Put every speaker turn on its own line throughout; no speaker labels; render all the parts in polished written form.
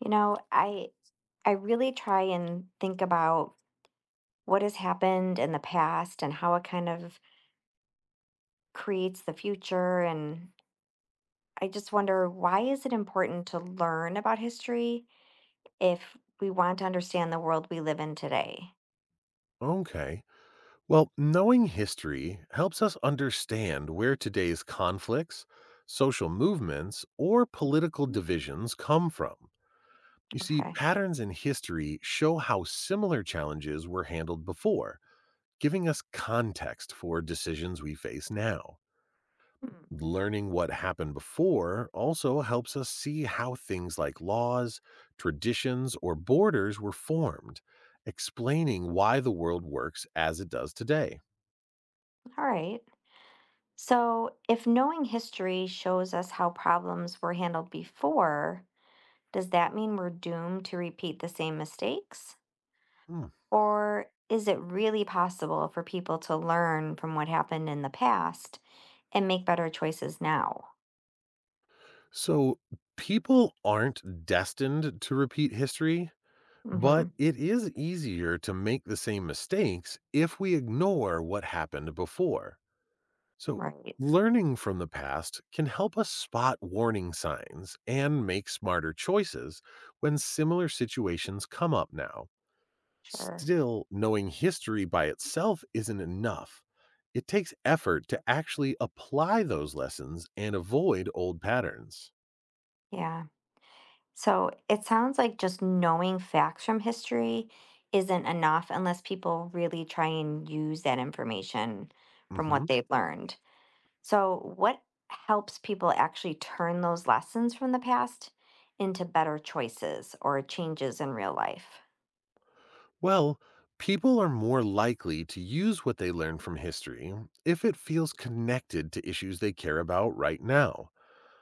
You know, I I really try and think about what has happened in the past and how it kind of creates the future, and I just wonder, why is it important to learn about history if we want to understand the world we live in today?
Okay. Well, knowing history helps us understand where today's conflicts, social movements, or political divisions come from. You see,
Okay.
patterns in history show how similar challenges were handled before, giving us context for decisions we face now.
Hmm.
Learning what happened before also helps us see how things like laws, traditions, or borders were formed, explaining why the world works as it does today.
All right. So, if knowing history shows us how problems were handled before, does that mean we're doomed to repeat the same mistakes?
Hmm.
Or is it really possible for people to learn from what happened in the past and make better choices now?
So, people aren't destined to repeat history, but
Hmm.
it is easier to make the same mistakes if we ignore what happened before. So,
Right.
learning from the past can help us spot warning signs and make smarter choices when similar situations come up now.
Sure.
Still, knowing history by itself isn't enough. It takes effort to actually apply those lessons and avoid old patterns.
Yeah. So it sounds like just knowing facts from history isn't enough unless people really try and use that information from
hmm
what they've learned. So, what helps people actually turn those lessons from the past into better choices or changes in real life?
Well, people are more likely to use what they learn from history if it feels connected to issues they care about right now.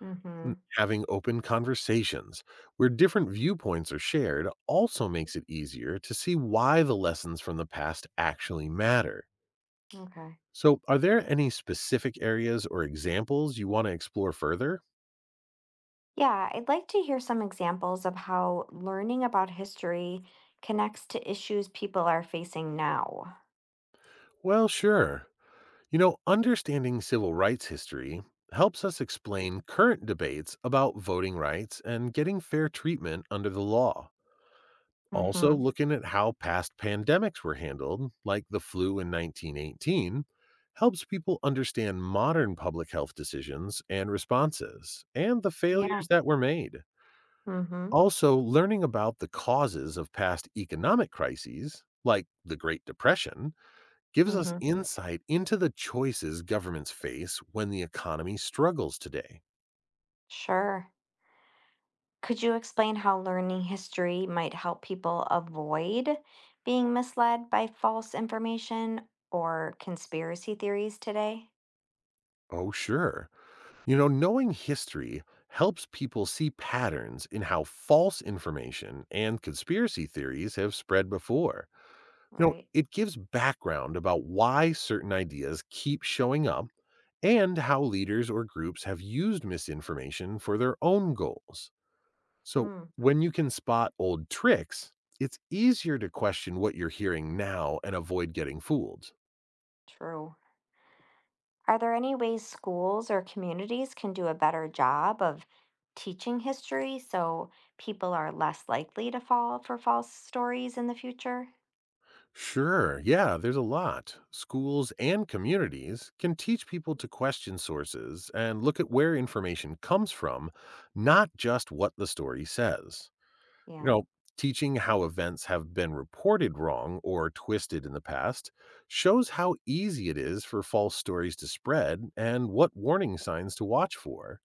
Mm-hmm.
Having open conversations where different viewpoints are shared also makes it easier to see why the lessons from the past actually matter.
Okay.
So, are there any specific areas or examples you want to explore further?
Yeah, I'd like to hear some examples of how learning about history connects to issues people are facing now.
Well, sure. You know, understanding civil rights history helps us explain current debates about voting rights and getting fair treatment under the law. Also,
Mm-hmm.
looking at how past pandemics were handled, like the flu in 1918, helps people understand modern public health decisions and responses and the
Yeah.
failures that were made.
Mm-hmm.
Also, learning about the causes of past economic crises, like the Great Depression, gives us
Mm-hmm.
insight into the choices governments face when the economy struggles today.
Sure. Could you explain how learning history might help people avoid being misled by false information or conspiracy theories today?
Oh, sure. You know, knowing history helps people see patterns in how false information and conspiracy theories have spread before. You know,
Right.
it gives background about why certain ideas keep showing up and how leaders or groups have used misinformation for their own goals. So,
Hmm.
when you can spot old tricks, it's easier to question what you're hearing now and avoid getting fooled.
True. Are there any ways schools or communities can do a better job of teaching history so people are less likely to fall for false stories in the future?
Sure, yeah, there's a lot. Schools and communities can teach people to question sources and look at where information comes from, not just what the story says. You
Yeah.
know, teaching how events have been reported wrong or twisted in the past shows how easy it is for false stories to spread and what warning signs to watch for.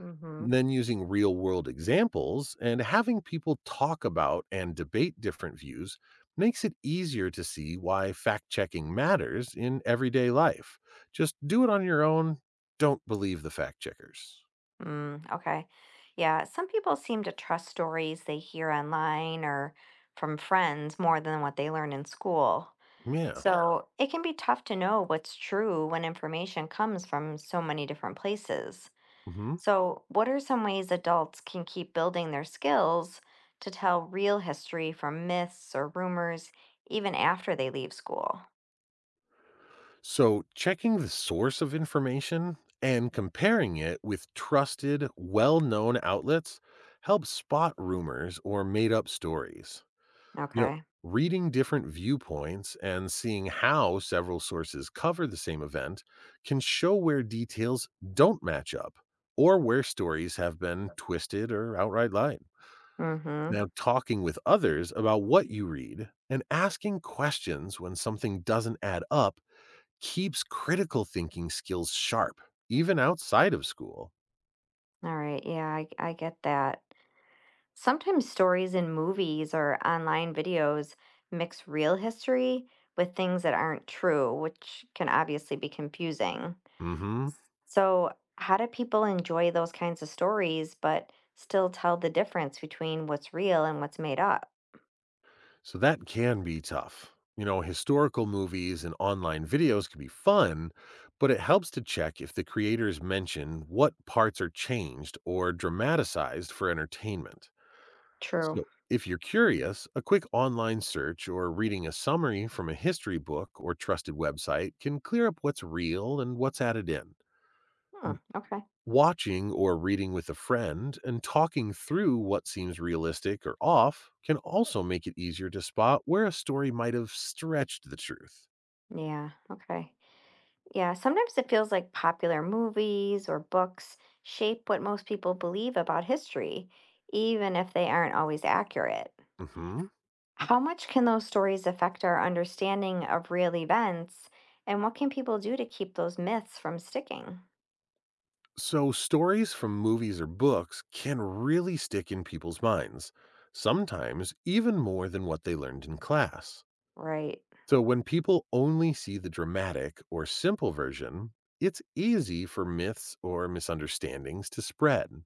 Mm-hmm.
Then using real world examples and having people talk about and debate different views makes it easier to see why fact checking matters in everyday life. Just do it on your own. Don't believe the fact checkers.
Mm, okay. Yeah. Some people seem to trust stories they hear online or from friends more than what they learn in school.
Yeah.
So it can be tough to know what's true when information comes from so many different places.
hmm
So, what are some ways adults can keep building their skills to tell real history from myths or rumors even after they leave school?
So, checking the source of information and comparing it with trusted, well known outlets helps spot rumors or made up stories. You know,
Okay.
reading different viewpoints and seeing how several sources cover the same event can show where details don't match up or where stories have been twisted or outright lied.
Mhm.
Now, talking with others about what you read and asking questions when something doesn't add up keeps critical thinking skills sharp, even outside of school.
All right. Yeah, I get that. Sometimes stories in movies or online videos mix real history with things that aren't true, which can obviously be confusing.
hmm.
So, how do people enjoy those kinds of stories but still tell the difference between what's real and what's made up?
So that can be tough. You know, historical movies and online videos can be fun, but it helps to check if the creators mention what parts are changed or dramatized for entertainment.
True.
So, if you're curious, a quick online search or reading a summary from a history book or trusted website can clear up what's real and what's added in.
Hmm, okay.
Watching or reading with a friend and talking through what seems realistic or off can also make it easier to spot where a story might have stretched the truth.
Yeah, okay. Yeah, sometimes it feels like popular movies or books shape what most people believe about history, even if they aren't always accurate.
Mhm.
How much can those stories affect our understanding of real events, and what can people do to keep those myths from sticking?
So, stories from movies or books can really stick in people's minds, sometimes even more than what they learned in class.
Right.
So, when people only see the dramatic or simple version, it's easy for myths or misunderstandings to spread.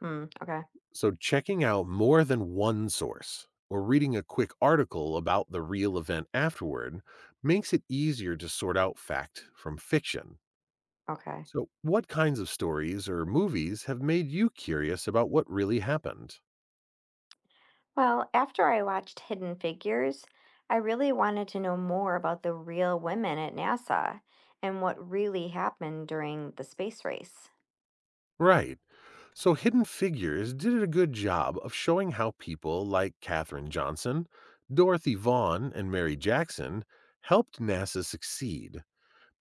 Hmm, okay,
So, checking out more than one source or reading a quick article about the real event afterward makes it easier to sort out fact from fiction.
okay.
So, what kinds of stories or movies have made you curious about what really happened?
Well, after I watched Hidden Figures, I really wanted to know more about the real women at NASA and what really happened during the space race.
Right. So, Hidden Figures did a good job of showing how people like Katherine Johnson, Dorothy Vaughan, and Mary Jackson helped NASA succeed.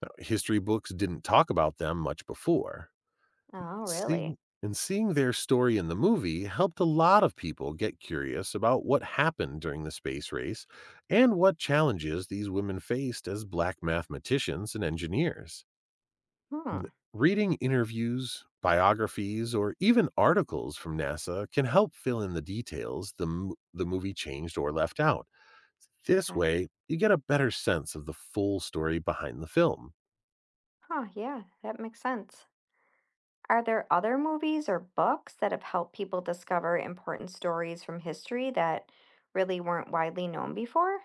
Now, history books didn't talk about them much before.
Oh, really?
Seeing and seeing their story in the movie helped a lot of people get curious about what happened during the space race and what challenges these women faced as black mathematicians and engineers.
Hmm.
N- Reading interviews, biographies, or even articles from NASA can help fill in the details the movie changed or left out. This
Okay.
way, you get a better sense of the full story behind the film.
Huh, yeah, that makes sense. Are there other movies or books that have helped people discover important stories from history that really weren't widely known before?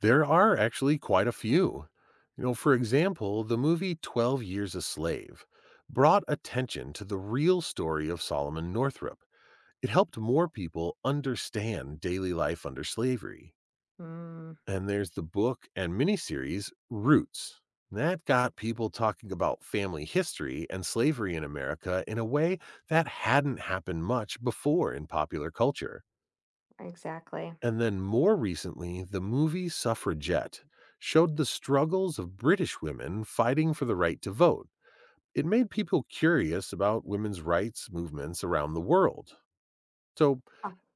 There are actually quite a few. You know, for example, the movie 12 Years a Slave brought attention to the real story of Solomon Northrop. It helped more people understand daily life under slavery.
Hmm,
And there's the book and miniseries Roots. That got people talking about family history and slavery in America in a way that hadn't happened much before in popular culture.
exactly.
And then more recently, the movie Suffragette showed the struggles of British women fighting for the right to vote. It made people curious about women's rights movements around the world. So,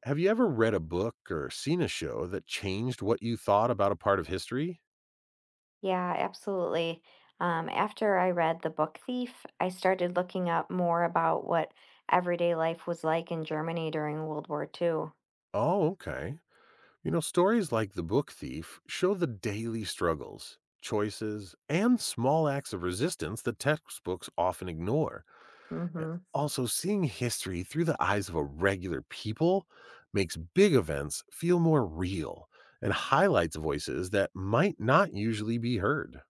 have you ever read a book or seen a show that changed what you thought about a part of history?
Yeah, absolutely. After I read The Book Thief, I started looking up more about what everyday life was like in Germany during World War II.
Oh, okay. You know, stories like The Book Thief show the daily struggles, choices, and small acts of resistance that textbooks often ignore.
Hmm.
Also, seeing history through the eyes of a regular people makes big events feel more real and highlights voices that might not usually be heard.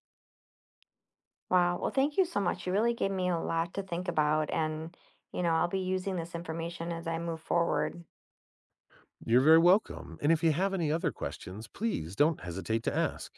Wow. Well, thank you so much. You really gave me a lot to think about, and I'll be using this information as I move forward.
You're very welcome. And if you have any other questions, please don't hesitate to ask.